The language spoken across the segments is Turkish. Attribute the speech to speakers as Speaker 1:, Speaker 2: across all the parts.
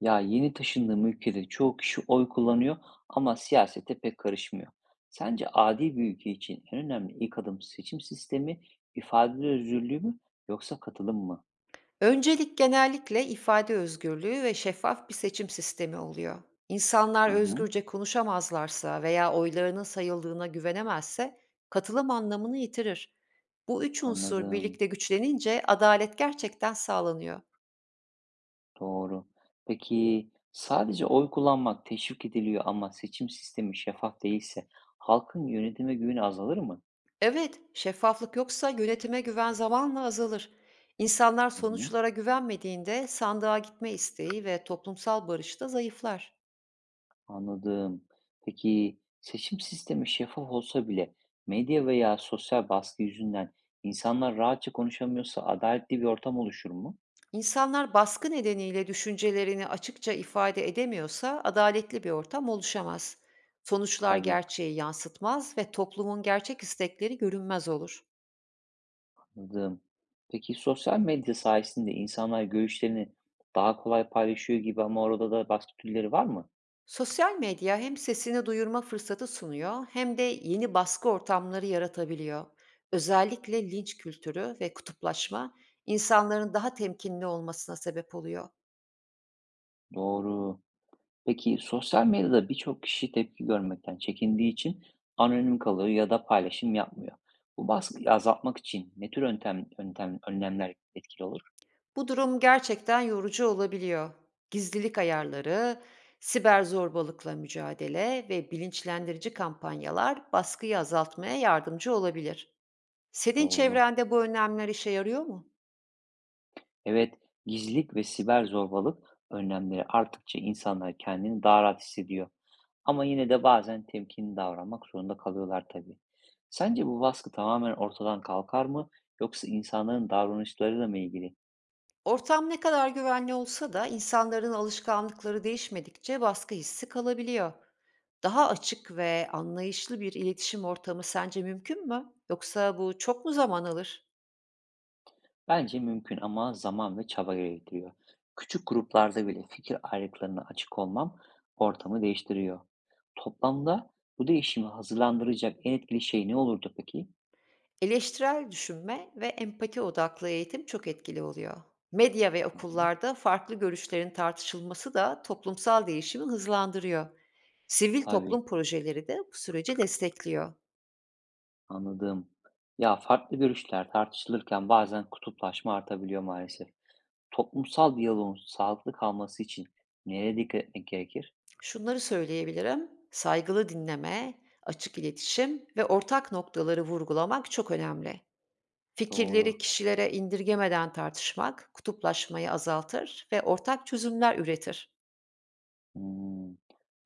Speaker 1: Ya yeni taşındığım ülkede çoğu kişi oy kullanıyor ama siyasete pek karışmıyor. Sence adil bir ülke için en önemli ilk adım seçim sistemi, ifade özgürlüğü mü yoksa katılım mı?
Speaker 2: Öncelik genellikle ifade özgürlüğü ve şeffaf bir seçim sistemi oluyor. İnsanlar
Speaker 1: Hı hı,
Speaker 2: özgürce konuşamazlarsa veya oylarının sayıldığına güvenemezse katılım anlamını yitirir. Bu üç unsur
Speaker 1: anladım.
Speaker 2: birlikte güçlenince adalet gerçekten sağlanıyor.
Speaker 1: Doğru. Peki sadece oy kullanmak teşvik ediliyor ama seçim sistemi şeffaf değilse halkın yönetime güveni azalır mı?
Speaker 2: Evet, şeffaflık yoksa yönetime güven zamanla azalır. İnsanlar
Speaker 1: Hı hı.
Speaker 2: sonuçlara güvenmediğinde sandığa gitme isteği ve toplumsal barış da zayıflar.
Speaker 1: Anladım. Peki seçim sistemi şeffaf olsa bile medya veya sosyal baskı yüzünden insanlar rahatça konuşamıyorsa adaletli bir ortam oluşur mu?
Speaker 2: İnsanlar baskı nedeniyle düşüncelerini açıkça ifade edemiyorsa adaletli bir ortam oluşamaz. Sonuçlar
Speaker 1: Tabii,
Speaker 2: gerçeği yansıtmaz ve toplumun gerçek istekleri görünmez olur.
Speaker 1: anladım. Peki sosyal medya sayesinde insanlar görüşlerini daha kolay paylaşıyor gibi ama orada da baskı türleri var mı?
Speaker 2: Sosyal medya hem sesini duyurma fırsatı sunuyor hem de yeni baskı ortamları yaratabiliyor. Özellikle linç kültürü ve kutuplaşma insanların daha temkinli olmasına sebep oluyor.
Speaker 1: Doğru. Peki sosyal medyada birçok kişi tepki görmekten çekindiği için anonim kalıyor ya da paylaşım yapmıyor. Bu baskıyı azaltmak için ne tür yöntem, önlemler etkili olur?
Speaker 2: Bu durum gerçekten yorucu olabiliyor. Gizlilik ayarları, siber zorbalıkla mücadele ve bilinçlendirici kampanyalar baskıyı azaltmaya yardımcı olabilir. Senin
Speaker 1: Doğru.
Speaker 2: çevrende bu önlemler işe yarıyor mu?
Speaker 1: Evet, gizlilik ve siber zorbalık önlemleri arttıkça insanlar kendini daha rahat hissediyor. Ama yine de bazen temkinli davranmak zorunda kalıyorlar tabii. Sence bu baskı tamamen ortadan kalkar mı yoksa insanların davranışlarıyla mı ilgili?
Speaker 2: Ortam ne kadar güvenli olsa da insanların alışkanlıkları değişmedikçe baskı hissi kalabiliyor. Daha açık ve anlayışlı bir iletişim ortamı sence mümkün mü? Yoksa bu çok mu zaman alır?
Speaker 1: Bence mümkün ama zaman ve çaba gerektiriyor. Küçük gruplarda bile fikir ayrılıklarına açık olmam ortamı değiştiriyor. Toplamda bu değişimi hazırlandıracak en etkili şey ne olurdu peki?
Speaker 2: Eleştirel düşünme ve empati odaklı eğitim çok etkili oluyor. Medya ve
Speaker 1: Hı hı,
Speaker 2: okullarda farklı görüşlerin tartışılması da toplumsal değişimi hızlandırıyor. Sivil
Speaker 1: tabii.
Speaker 2: toplum projeleri de bu süreci destekliyor.
Speaker 1: Anladım. Ya farklı görüşler tartışılırken bazen kutuplaşma artabiliyor maalesef. Toplumsal diyaloğun sağlıklı kalması için nereye dikkat etmek gerekir?
Speaker 2: Şunları söyleyebilirim. Saygılı dinleme, açık iletişim ve ortak noktaları vurgulamak çok önemli. Fikirleri
Speaker 1: Doğru.
Speaker 2: kişilere indirgemeden tartışmak kutuplaşmayı azaltır ve ortak çözümler üretir.
Speaker 1: Hmm.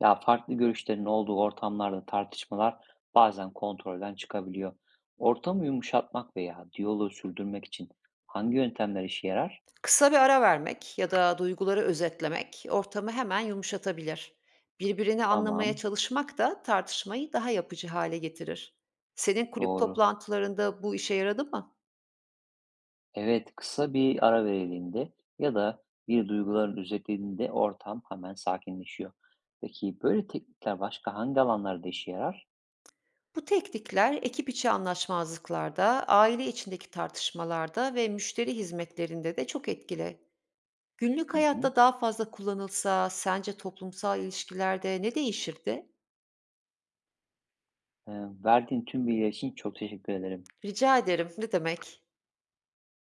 Speaker 1: Ya farklı görüşlerin olduğu ortamlarda tartışmalar bazen kontrolden çıkabiliyor. Ortamı yumuşatmak veya diyaloğu sürdürmek için hangi yöntemler işe yarar?
Speaker 2: Kısa bir ara vermek ya da duyguları özetlemek ortamı hemen yumuşatabilir. Birbirini anlamaya
Speaker 1: Tamam,
Speaker 2: çalışmak da tartışmayı daha yapıcı hale getirir. Senin kulüp
Speaker 1: doğru.
Speaker 2: toplantılarında bu işe yaradı mı?
Speaker 1: Evet, kısa bir ara verildiğinde ya da bir duyguların üzerinde ortam hemen sakinleşiyor. Peki böyle teknikler başka hangi alanlarda işe yarar?
Speaker 2: Bu teknikler ekip içi anlaşmazlıklarda, aile içindeki tartışmalarda ve müşteri hizmetlerinde de çok etkili. Günlük
Speaker 1: Hı hı.
Speaker 2: hayatta daha fazla kullanılsa sence toplumsal ilişkilerde ne değişirdi?
Speaker 1: Ee, Verdiğin tüm bilgiler için çok teşekkür ederim.
Speaker 2: Rica ederim. Ne demek?